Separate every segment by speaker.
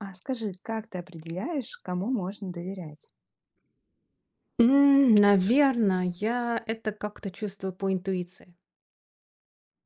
Speaker 1: А скажи, как ты определяешь, кому можно доверять?
Speaker 2: Наверно, я это как-то чувствую по интуиции.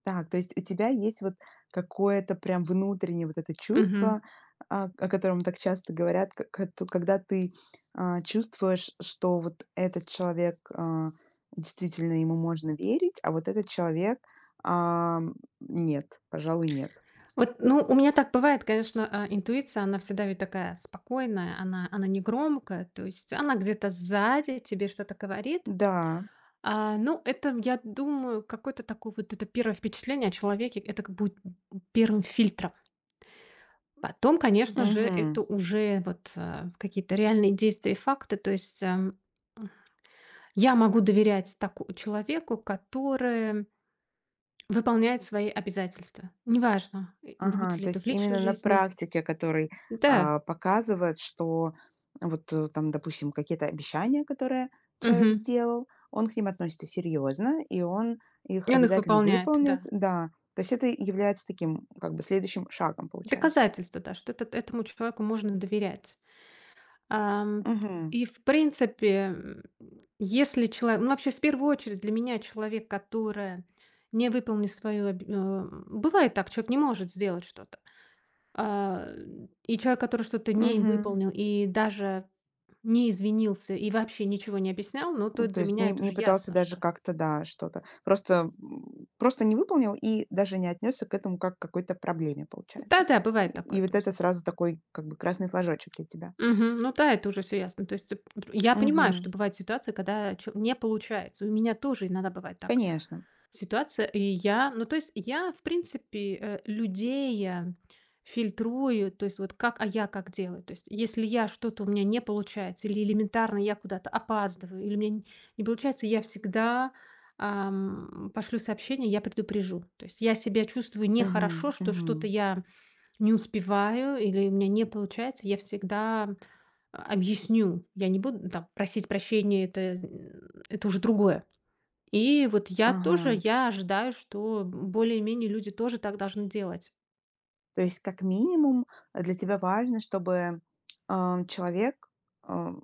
Speaker 1: Так, то есть у тебя есть вот какое-то прям внутреннее вот это
Speaker 2: Мгм.
Speaker 1: чувство, о котором так часто говорят, то когда ты чувствуешь, что вот этот человек действительно ему можно верить, а вот этот человек а, нет, пожалуй, нет.
Speaker 2: Вот, ну, у меня так бывает, конечно, интуиция, она всегда ведь такая спокойная, она не громкая, то есть она где-то сзади тебе что-то говорит.
Speaker 1: Да.
Speaker 2: Ну, это, я думаю, какое-то такое вот это первое впечатление о человеке, это как будет первым фильтром. Потом, конечно же, это
Speaker 1: Мгм.
Speaker 2: уже вот, какие-то реальные действия и факты. То есть, я могу доверять такому человеку, который выполняет свои обязательства. Неважно, будь
Speaker 1: Ага,
Speaker 2: ли
Speaker 1: то
Speaker 2: это в
Speaker 1: есть
Speaker 2: личной
Speaker 1: именно на
Speaker 2: жизни.
Speaker 1: практике, который,
Speaker 2: Да,
Speaker 1: показывает, что вот, там, допустим, какие-то обещания, которые человек
Speaker 2: мгм.
Speaker 1: сделал, он к ним относится серьезно, и он их
Speaker 2: И он их
Speaker 1: обязательно
Speaker 2: выполняет,
Speaker 1: выполнит.
Speaker 2: да.
Speaker 1: Да, то есть это является таким, как бы, следующим шагом, получается.
Speaker 2: Доказательство, да, что этот этому человеку можно доверять. Ам,
Speaker 1: Угу.
Speaker 2: и в принципе, если человек, ну, вообще, в первую очередь, для меня человек, который не выполнит свою обе, бывает так, человек не может сделать что-то. А, и человек, который что-то не
Speaker 1: Угу,
Speaker 2: выполнил и даже не извинился, и вообще ничего не объяснял, ну, то
Speaker 1: то
Speaker 2: для
Speaker 1: есть
Speaker 2: меня
Speaker 1: не
Speaker 2: это уже
Speaker 1: не пытался
Speaker 2: ясно,
Speaker 1: даже
Speaker 2: что.
Speaker 1: как-то, да, что-то. Просто, просто не выполнил и даже не отнесся к этому как к какой-то проблеме, получается.
Speaker 2: Да-да,
Speaker 1: И
Speaker 2: бывает такое,
Speaker 1: и
Speaker 2: то
Speaker 1: вот
Speaker 2: есть.
Speaker 1: это сразу такой, как бы, красный флажочек для тебя.
Speaker 2: Мгм. Ну да, это уже все ясно. То есть, я понимаю, что
Speaker 1: Мгм.
Speaker 2: бывают ситуации, когда чел не получается. У меня тоже иногда бывает так
Speaker 1: Конечно.
Speaker 2: ситуация. И я, ну, то есть я, в принципе, людей, фильтрую, то есть вот как, а я как делаю. То есть если я что-то у меня не получается или элементарно я куда-то опаздываю, или мне н не получается, я всегда, пошлю сообщение, я предупрежу. То есть я себя чувствую
Speaker 1: Мгм,
Speaker 2: нехорошо, что
Speaker 1: мгм.
Speaker 2: что-то я не успеваю или у меня не получается, я всегда, объясню. Я не буду там просить прощения, это уже другое. И вот я тоже,
Speaker 1: Ага.
Speaker 2: я ожидаю, что более-менее люди тоже так должны делать.
Speaker 1: То есть, как минимум, для тебя важно, чтобы, человек, ам,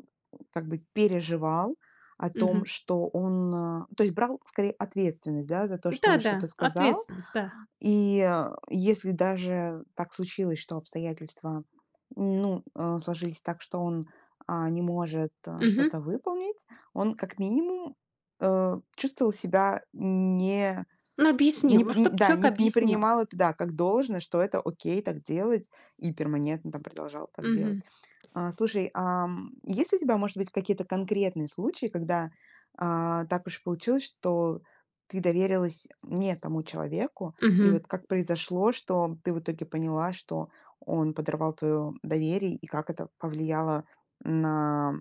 Speaker 1: как бы переживал о том,
Speaker 2: Мгм.
Speaker 1: что он, то есть брал скорее ответственность, да, за то, что он что-то
Speaker 2: Да-да,
Speaker 1: сказал.
Speaker 2: ответственность, да.
Speaker 1: И, если даже так случилось, что обстоятельства, ну, сложились так, что он, не может,
Speaker 2: Мгм.
Speaker 1: что-то выполнить, он как минимум, чувствовал себя не...
Speaker 2: Ну, объяснил,
Speaker 1: Не п
Speaker 2: ну, чтобы
Speaker 1: н да,
Speaker 2: человек
Speaker 1: не
Speaker 2: объяснил.
Speaker 1: принимал это, да, как должное, что это окей так делать, и перманентно там продолжал так делать.
Speaker 2: Мгм.
Speaker 1: Слушай, есть ли у тебя, может быть, какие-то конкретные случаи, когда, так уж получилось, что ты доверилась не тому человеку, и
Speaker 2: Мгм.
Speaker 1: вот как произошло, что ты в итоге поняла, что он подорвал твоё доверие, и как это повлияло на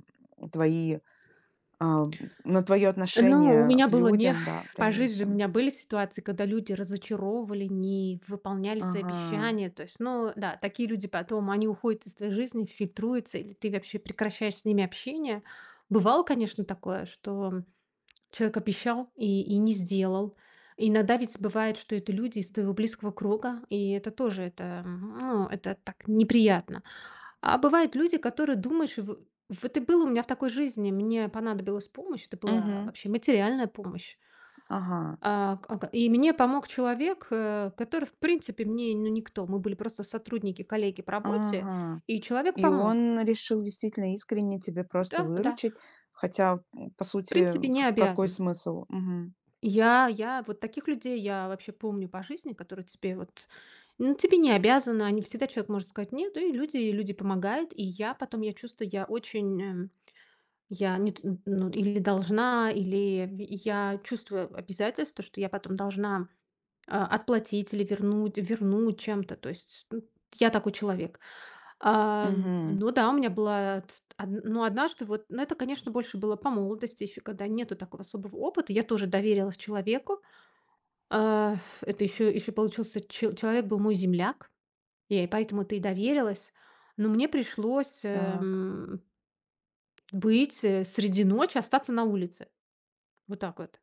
Speaker 1: твои, а, на твое
Speaker 2: Ну, у
Speaker 1: отношение
Speaker 2: меня
Speaker 1: к
Speaker 2: было не.
Speaker 1: людям, да, в
Speaker 2: По жизни у
Speaker 1: дальнейшем?
Speaker 2: меня были ситуации, когда люди разочаровывали, не выполняли свои
Speaker 1: Ага.
Speaker 2: обещания. То есть, ну да, такие люди потом, они уходят из твоей жизни, фильтруются, или ты вообще прекращаешь с ними общение. Бывало, конечно, такое, что человек обещал и не сделал. Иногда ведь бывает, что это люди из твоего близкого круга, и это тоже это, ну, это так неприятно. А бывают люди, которые думаешь, в вот и было у меня в такой жизни, мне понадобилась помощь, это была
Speaker 1: Мгм.
Speaker 2: вообще материальная помощь.
Speaker 1: Ага,
Speaker 2: А, к Ага, и мне помог человек, который, в принципе, мне, ну, никто. Мы были просто сотрудники, коллеги по работе,
Speaker 1: ага.
Speaker 2: и человек
Speaker 1: И
Speaker 2: помог.
Speaker 1: он решил действительно искренне тебе просто
Speaker 2: Да, да,
Speaker 1: выручить, хотя, по
Speaker 2: в
Speaker 1: сути,
Speaker 2: принципе, не
Speaker 1: к какой
Speaker 2: обязан.
Speaker 1: смысл? Мгм,
Speaker 2: Я вот таких людей я вообще помню по жизни, которые тебе вот, ну, тебе не обязаны, они всегда человек может сказать нет, да и люди помогают. И я потом, я чувствую, я очень, я не т, ну, или должна, или я чувствую обязательство, что я потом должна, отплатить или вернуть чем-то. То есть, ну, я такой человек. А,
Speaker 1: мгм.
Speaker 2: ну да, у меня была т од ну, однажды вот, но это, конечно, больше было по молодости, еще когда нету такого особого опыта. Я тоже доверилась человеку. Это еще получился че человек был мой земляк, я и поэтому ты и доверилась. Но мне пришлось,
Speaker 1: Так.
Speaker 2: быть, среди ночи, остаться на улице. Вот так вот.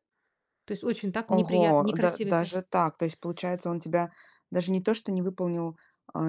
Speaker 2: То есть очень так неприятно,
Speaker 1: Ого, да
Speaker 2: некрасиво те.
Speaker 1: даже так. То есть, получается, он тебя даже не то, что не выполнил,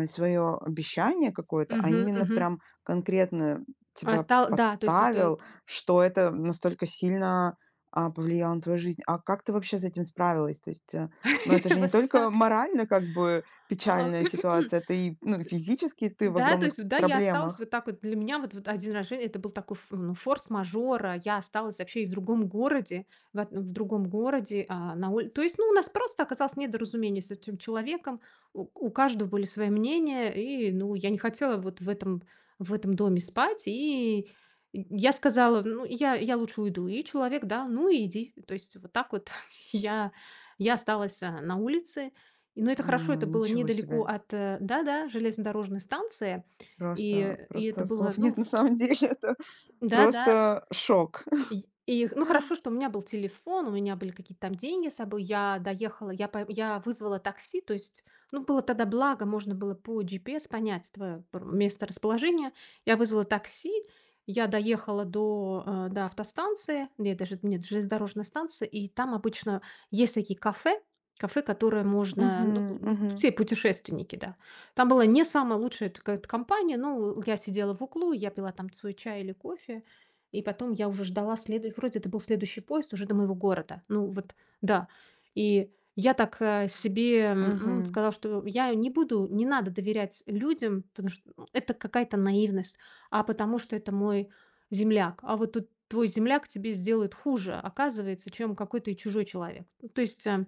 Speaker 1: свое обещание какое-то, а
Speaker 2: Мгм,
Speaker 1: именно
Speaker 2: мгм.
Speaker 1: прям конкретно
Speaker 2: А
Speaker 1: тебя
Speaker 2: стал да, то есть это.
Speaker 1: подставил, что это настолько сильно, повлияло на твою жизнь. А как ты вообще с этим справилась? То есть, ну, это же не
Speaker 2: Вот
Speaker 1: только
Speaker 2: так.
Speaker 1: морально как бы
Speaker 2: А.
Speaker 1: печальная ситуация, это и, ну, физически ты в
Speaker 2: Да, то
Speaker 1: огромных
Speaker 2: есть, вот, да, я осталась
Speaker 1: проблемах.
Speaker 2: вот так вот. Для меня вот один раз в жизни это был такой ф ну, форс-мажора. Я осталась вообще и в другом городе, в другом городе, на уль то есть, ну, у нас просто оказалось недоразумение с этим человеком. У каждого были свои мнения, и, ну, я не хотела вот в этом доме спать, и я сказала: "Ну, я лучше уйду". И человек: "Да, ну иди". То есть вот так вот, я я осталась, на улице. И, ну, это хорошо, это
Speaker 1: М,
Speaker 2: было
Speaker 1: ничего
Speaker 2: недалеко
Speaker 1: себе.
Speaker 2: от, да-да, железнодорожной станции, и
Speaker 1: Просто
Speaker 2: и это
Speaker 1: просто
Speaker 2: было,
Speaker 1: слов
Speaker 2: ну,
Speaker 1: нет
Speaker 2: в
Speaker 1: на самом деле. Это
Speaker 2: да-да.
Speaker 1: просто шок.
Speaker 2: И, ну, хорошо, что у меня был телефон, у меня были какие-то там деньги с собой. Я доехала, я вызвала такси. То есть, ну, было тогда благо, можно было по GPS понять твое место расположения. Я вызвала такси, я доехала до, до автостанции, нет, даже нет, железнодорожной станции, и там обычно есть такие кафе, которые можно,
Speaker 1: Мгм,
Speaker 2: ну, г ну,
Speaker 1: мгм,
Speaker 2: все путешественники, да. Там была не самая лучшая т ка компания, ну, я сидела в углу, я пила там свой чай или кофе. И потом я уже ждала следующий, вроде это был следующий поезд уже до моего города. Ну вот, да. И я так, себе,
Speaker 1: мгм.
Speaker 2: сказала, что я не буду, не надо доверять людям, потому что, ну, это какая-то наивность, а потому что это мой земляк. А вот тут твой земляк тебе сделает хуже, оказывается, чем какой-то и чужой человек. Ну, то есть,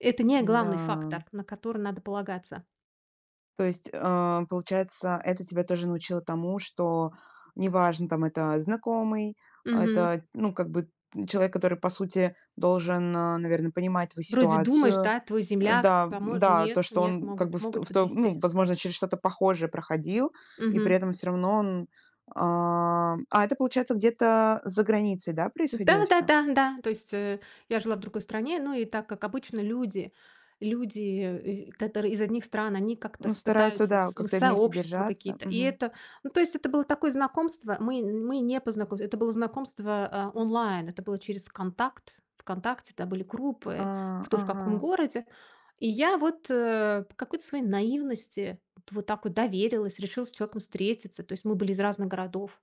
Speaker 2: это не
Speaker 1: Да.
Speaker 2: главный фактор, на который надо полагаться.
Speaker 1: То есть, получается, это тебя тоже научило тому, что неважно, там, это знакомый,
Speaker 2: Мгм.
Speaker 1: это, ну, как бы человек, который, по сути, должен, наверное, понимать твою
Speaker 2: Вроде думаешь,
Speaker 1: ситуацию.
Speaker 2: да, твой земляк тебе
Speaker 1: Да,
Speaker 2: поможет.
Speaker 1: да, то,
Speaker 2: Нет,
Speaker 1: что
Speaker 2: нет,
Speaker 1: он как бы
Speaker 2: могут
Speaker 1: в т
Speaker 2: могут
Speaker 1: в то ну,
Speaker 2: подвести.
Speaker 1: возможно, через что-то похожее проходил, и при этом все равно он, а это, получается, где-то за границей, да, происходило
Speaker 2: Да-да-да,
Speaker 1: все.
Speaker 2: да. Да, да. То есть, я жила в другой стране, ну и так как обычно люди, которые из одних стран, они как-то
Speaker 1: Ну,
Speaker 2: с
Speaker 1: стараются,
Speaker 2: пытаются в
Speaker 1: да,
Speaker 2: с в
Speaker 1: как-то вместе
Speaker 2: сообщества
Speaker 1: держаться.
Speaker 2: какие-то. И это, ну, то есть это было такое знакомство, мы не познакомились, это было знакомство, онлайн, это было через "Контакт". "ВКонтакте", да, были
Speaker 1: А,
Speaker 2: группы, кто в
Speaker 1: ага.
Speaker 2: каком городе. И я вот, по какой-то своей наивности вот так вот доверилась, решила с человеком встретиться. То есть мы были из разных городов,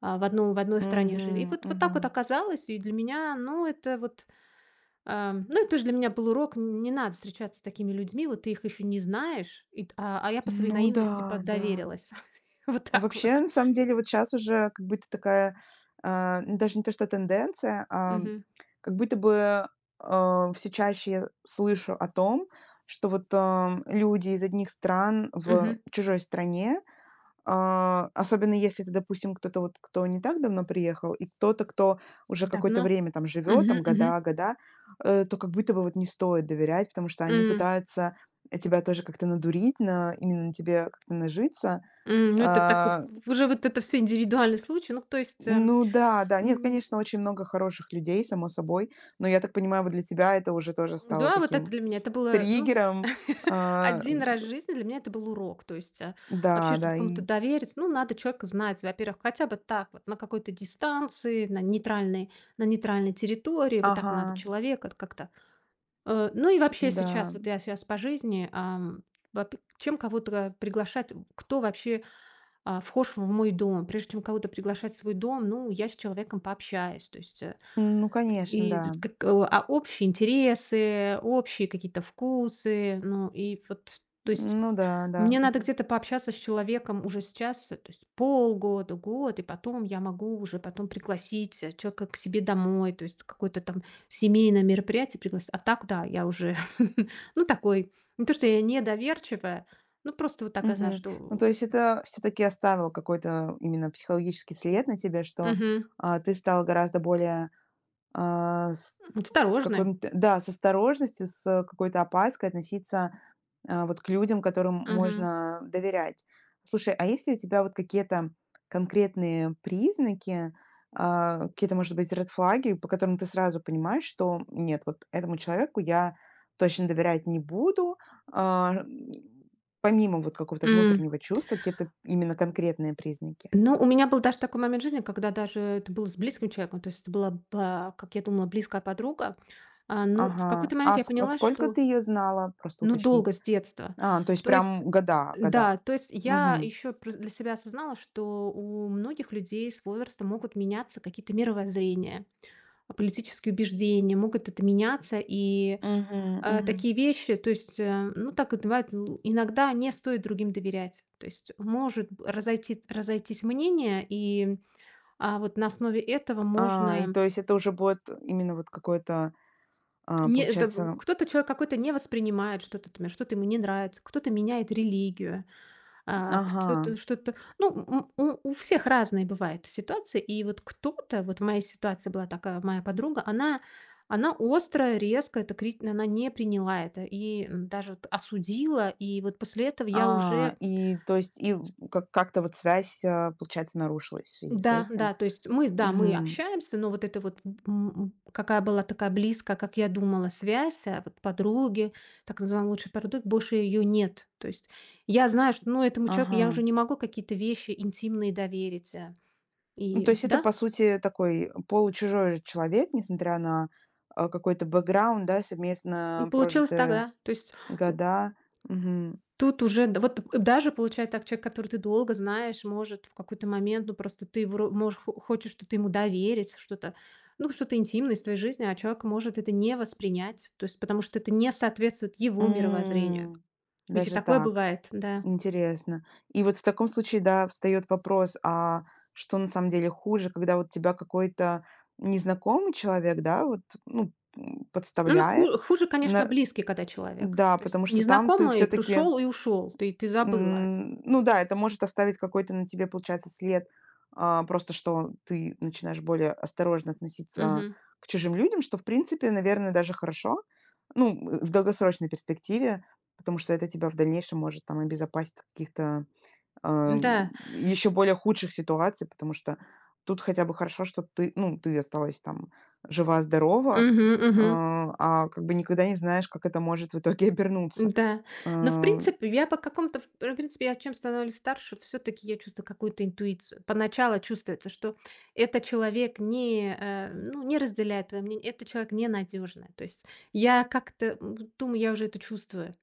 Speaker 2: в одной стране жили. И
Speaker 1: Мгм,
Speaker 2: вот так
Speaker 1: мгм.
Speaker 2: вот оказалось, и для меня, ну, это вот, ну, это тоже для меня был урок: н не надо встречаться с такими людьми, вот ты их еще не знаешь, и а я по своей
Speaker 1: Ну
Speaker 2: наивности
Speaker 1: да,
Speaker 2: под.
Speaker 1: да.
Speaker 2: Вот так
Speaker 1: Вообще,
Speaker 2: вот.
Speaker 1: на самом деле, вот сейчас уже как будто такая, ну, даже не то что тенденция,
Speaker 2: Мгм,
Speaker 1: как будто бы, всё чаще я слышу о том, что вот, люди из одних стран в
Speaker 2: мгм.
Speaker 1: чужой стране, особенно если это, допустим, кто-то вот, кто не так давно приехал, и кто-то, кто уже какое-то
Speaker 2: Давно.
Speaker 1: время там живет,
Speaker 2: Мгм,
Speaker 1: там
Speaker 2: мгм.
Speaker 1: года, года, то как будто бы вот не стоит доверять, потому что они
Speaker 2: М,
Speaker 1: пытаются тебя тоже как-то надурить, на, именно на тебе как-то нажиться.
Speaker 2: ну, это такой
Speaker 1: А,
Speaker 2: уже вот это все индивидуальный случай. Ну, то есть
Speaker 1: ну да, да, нет,
Speaker 2: м
Speaker 1: конечно, очень много хороших людей, само собой, но я так понимаю, вот для тебя это уже тоже стало
Speaker 2: Да, вот это
Speaker 1: таким
Speaker 2: для меня это было, ну,
Speaker 1: триггером. А,
Speaker 2: один раз в жизни для меня это был урок. То есть, вообще,
Speaker 1: да,
Speaker 2: чтобы
Speaker 1: да,
Speaker 2: кому-то
Speaker 1: и...
Speaker 2: довериться, ну, надо человека знать, во-первых, хотя бы так вот на какой-то дистанции, на нейтральной территории. Вот так
Speaker 1: Ага,
Speaker 2: надо человека вот как-то. Ну и вообще сейчас,
Speaker 1: да.
Speaker 2: вот я сейчас по жизни, вопе чем кого-то приглашать, кто вообще, вхож в мой дом. Прежде чем кого-то приглашать в свой дом, ну, я с человеком пообщаюсь. То есть,
Speaker 1: Ну, конечно,
Speaker 2: и т
Speaker 1: да.
Speaker 2: как, общие интересы, общие какие-то вкусы. Ну и вот, то есть
Speaker 1: Ну да, да.
Speaker 2: мне надо
Speaker 1: Мгм.
Speaker 2: где-то пообщаться с человеком уже сейчас, то есть полгода, год, и потом я могу уже потом пригласить, человека к себе домой, то есть какое-то там семейное мероприятие пригласить. А так, да, я уже, ну, такой, не то что я недоверчивая, ну, просто вот так я знаю,
Speaker 1: Мгм. Ну,
Speaker 2: что,
Speaker 1: то есть это все таки оставило какой-то именно психологический след на тебе, что,
Speaker 2: мгм,
Speaker 1: ты стала гораздо более, а, с с с
Speaker 2: осторожная.
Speaker 1: какой-то... да, с осторожностью, с какой-то опаской относиться вот к людям, которым
Speaker 2: Мгм.
Speaker 1: можно доверять. Слушай, а есть ли у тебя вот какие-то конкретные признаки, какие-то, может быть, ред флаги, по которым ты сразу понимаешь, что нет, вот этому человеку я точно доверять не буду, а, м, помимо вот какого-то
Speaker 2: М.
Speaker 1: внутреннего чувства, какие-то именно конкретные признаки.
Speaker 2: Ну, у меня был даже такой момент в жизни, когда даже это было с близким человеком, то есть это была, ба, как я думала, близкая подруга. Ну, в
Speaker 1: Ага.
Speaker 2: какой-то момент
Speaker 1: А,
Speaker 2: я
Speaker 1: ск- а
Speaker 2: поняла,
Speaker 1: сколько
Speaker 2: что,
Speaker 1: ты ее знала? Просто
Speaker 2: ну, долго
Speaker 1: уточнить.
Speaker 2: с детства.
Speaker 1: То есть
Speaker 2: То есть,
Speaker 1: прям года, года.
Speaker 2: да, то есть я
Speaker 1: Угу.
Speaker 2: еще для себя осознала, что у многих людей с возрастом могут меняться какие-то мировоззрения, политические убеждения, могут это меняться. И,
Speaker 1: Угу,
Speaker 2: такие вещи, то есть, ну, так вот бывает, ну, иногда не стоит другим доверять. То есть может разойтись мнение, и, вот на основе этого
Speaker 1: И
Speaker 2: можно.
Speaker 1: то есть это уже будет именно вот какое-то,
Speaker 2: Не, это
Speaker 1: получается...
Speaker 2: кто-то человек какой-то не воспринимает что-то, например, что-то ему не нравится, кто-то меняет религию. Кто-то
Speaker 1: Ага.
Speaker 2: что-то, ну, у всех разные бывают ситуации. И вот кто-то, вот в моей ситуации была такая моя подруга, она остро, резко это крит она не приняла это и, даже вот осудила. И вот после этого я уже
Speaker 1: И то есть и в как как-то вот связь, получается, нарушилась в связи с
Speaker 2: да,
Speaker 1: этим.
Speaker 2: да, то есть мы, да, мы
Speaker 1: Мгм.
Speaker 2: общаемся, но вот это вот, какая была такая близкая, как я думала, связь, а вот подруги, так называемой лучшей подруги, больше ее нет. То есть я знаю, что, ну, этому человеку я уже
Speaker 1: Ага.
Speaker 2: не могу какие-то вещи интимные доверить,
Speaker 1: Ну, то
Speaker 2: и
Speaker 1: есть это,
Speaker 2: да,
Speaker 1: по сути, такой получужой же человек, несмотря на, какой-то бэкграунд, да,
Speaker 2: ну,
Speaker 1: совместно
Speaker 2: получилось так,
Speaker 1: прожитые
Speaker 2: да. То есть, м,
Speaker 1: года. Мгм.
Speaker 2: тут уже, да, вот даже получается так, человек, который ты долго знаешь, может в какой-то момент, ну, просто ты вро можешь хо хочешь что-то ему доверить, что-то, ну, что-то интимное из твоей жизни, а человек может это не воспринять, то есть потому что это не соответствует его мировоззрению.
Speaker 1: М.
Speaker 2: Ведь и
Speaker 1: Даже
Speaker 2: такое
Speaker 1: так.
Speaker 2: бывает, да.
Speaker 1: Интересно. И вот в таком случае, да, встает вопрос, а что на самом деле хуже, когда вот тебя какой-то незнакомый человек, да, вот, ну,
Speaker 2: Ну,
Speaker 1: подставляет.
Speaker 2: ху хуже, конечно,
Speaker 1: На-
Speaker 2: близкий когда человек.
Speaker 1: Да,
Speaker 2: То есть
Speaker 1: потому что там ты
Speaker 2: незнакомый
Speaker 1: все-таки,
Speaker 2: пришел и ушел, ты забыла.
Speaker 1: ну да, это может оставить какой-то на тебе, получается, след, просто что ты начинаешь более осторожно относиться
Speaker 2: Мгм.
Speaker 1: к чужим людям, что, в принципе, наверное, даже хорошо, ну, в долгосрочной перспективе, потому что это тебя в дальнейшем может там обезопасить от каких-то... Ам,
Speaker 2: Да.
Speaker 1: еще более худших ситуаций, потому что тут хотя бы хорошо, что ты, ну, ты осталась там жива-здорова,
Speaker 2: Мгм, мгм.
Speaker 1: как бы никогда не знаешь, как это может в итоге обернуться.
Speaker 2: Да, но, в
Speaker 1: Э,
Speaker 2: принципе, я по какому-то, в принципе, я чем становлюсь старше, все таки я чувствую какую-то интуицию. Поначалу чувствуется, что этот человек не, э, ну, не разделяет твое мнение, этот человек ненадежный. То есть я как-то, вот думаю, я уже это чувствую.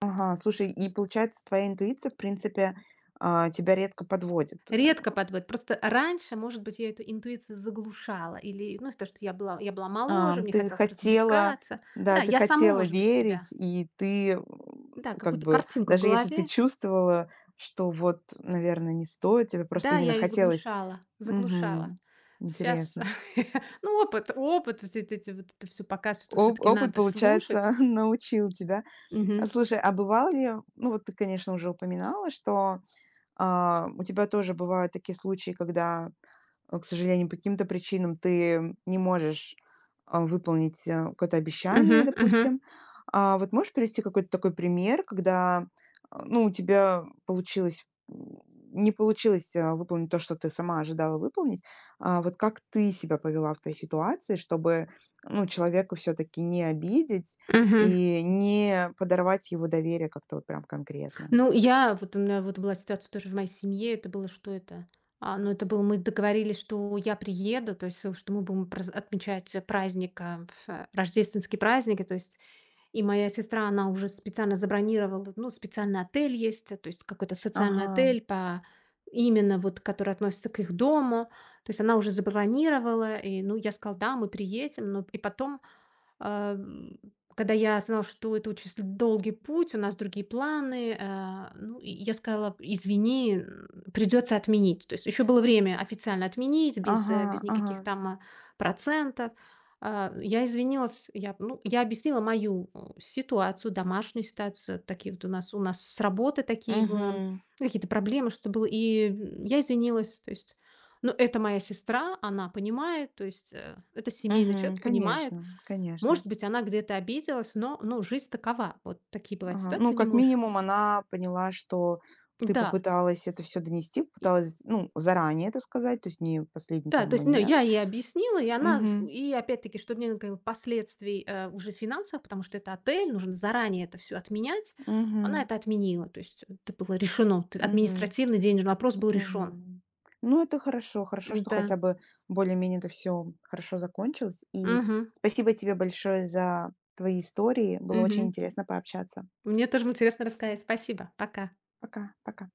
Speaker 1: ага, слушай, и получается, твоя интуиция, в принципе, тебя редко подводит.
Speaker 2: Редко подводит. Просто раньше, может быть, я эту интуицию заглушала или, ну, из-за того, что я была моложе, мне
Speaker 1: Ты
Speaker 2: хотелось
Speaker 1: хотела,
Speaker 2: развлекаться. Да,
Speaker 1: да, ты
Speaker 2: я саму,
Speaker 1: хотела
Speaker 2: может быть, себя,
Speaker 1: верить, и ты
Speaker 2: да,
Speaker 1: как
Speaker 2: какую-то
Speaker 1: бы,
Speaker 2: картинку в
Speaker 1: даже если ты
Speaker 2: голове.
Speaker 1: чувствовала, что вот, наверное, не стоит, тебе просто
Speaker 2: Да, я
Speaker 1: именно
Speaker 2: ее
Speaker 1: хотелось...
Speaker 2: заглушала, заглушала.
Speaker 1: Мгм.
Speaker 2: Сейчас,
Speaker 1: Интересно.
Speaker 2: ну, опыт, вот эти вот это все показывает, что все
Speaker 1: Оп
Speaker 2: таки
Speaker 1: опыт,
Speaker 2: надо слушать.
Speaker 1: получается, научил тебя. А
Speaker 2: Мгм.
Speaker 1: слушай, а бывало ли, ну, вот ты, конечно, уже упоминала, что... у тебя тоже бывают такие случаи, когда, к сожалению, по каким-то причинам ты не можешь, выполнить, какое-то
Speaker 2: Мгм,
Speaker 1: обещание,
Speaker 2: мгм,
Speaker 1: допустим. Вот можешь привести какой-то такой пример, когда, ну, у тебя получилось, не получилось, выполнить то, что ты сама ожидала выполнить. Вот как ты себя повела в той ситуации, чтобы, ну, человека все таки не обидеть
Speaker 2: мгм.
Speaker 1: и не подорвать его доверие как-то вот прям конкретно?
Speaker 2: Ну, я вот у меня вот была ситуация тоже в моей семье. Это было что это? Ну, это было мы договорились, что я приеду, то есть, что мы будем проз отмечать, праздник, рождественский праздник, и то есть. И моя сестра, она уже специально забронировала, ну, специальный отель есть, то есть какой-то социальный
Speaker 1: Ага.
Speaker 2: отель по именно вот, который относится к их дому. То есть она уже забронировала, и, ну, я сказала, да, мы приедем, но и потом, а, когда я сказала, что это очень долгий путь, у нас другие планы, ну, и я сказала: "Извини, придется отменить". То есть еще было время официально отменить без,
Speaker 1: Ага,
Speaker 2: без
Speaker 1: ага.
Speaker 2: никаких там, процентов. Я извинилась, я, ну, я объяснила мою, ситуацию, домашнюю ситуацию. Такие вот у нас с работы такие, в
Speaker 1: Мгм.
Speaker 2: какие-то проблемы, что было. И, я извинилась, то есть. Ну, это моя сестра, она понимает, то есть, это семейный
Speaker 1: Мгм.
Speaker 2: человек, понимает.
Speaker 1: Конечно, конечно.
Speaker 2: Может быть, она где-то обиделась, но, ну, жизнь такова. Вот такие бывают
Speaker 1: Ага.
Speaker 2: ситуации,
Speaker 1: Ну,
Speaker 2: не
Speaker 1: как
Speaker 2: можешь.
Speaker 1: минимум, она поняла, что ты
Speaker 2: Да.
Speaker 1: попыталась это все донести,
Speaker 2: И
Speaker 1: пыталась, ну, заранее это сказать, то есть не в последний
Speaker 2: да,
Speaker 1: там
Speaker 2: то есть, ну,
Speaker 1: момент.
Speaker 2: я ей объяснила, и она в
Speaker 1: Мгм.
Speaker 2: и опять-таки, чтобы не было последствий, уже финансовых, потому что это отель, нужно заранее это все отменять. Она
Speaker 1: Мгм.
Speaker 2: это отменила, то есть это было решено. Т
Speaker 1: Мгм.
Speaker 2: Административный денежный вопрос был решен.
Speaker 1: Мгм. Ну, это хорошо. Хорошо, что
Speaker 2: Да.
Speaker 1: хотя бы более-менее это все хорошо закончилось. И
Speaker 2: Мгм.
Speaker 1: спасибо тебе большое за твои истории. Было очень
Speaker 2: Мгм.
Speaker 1: интересно пообщаться.
Speaker 2: Мне тоже интересно рассказать. Спасибо. Пока.
Speaker 1: Пока, пока.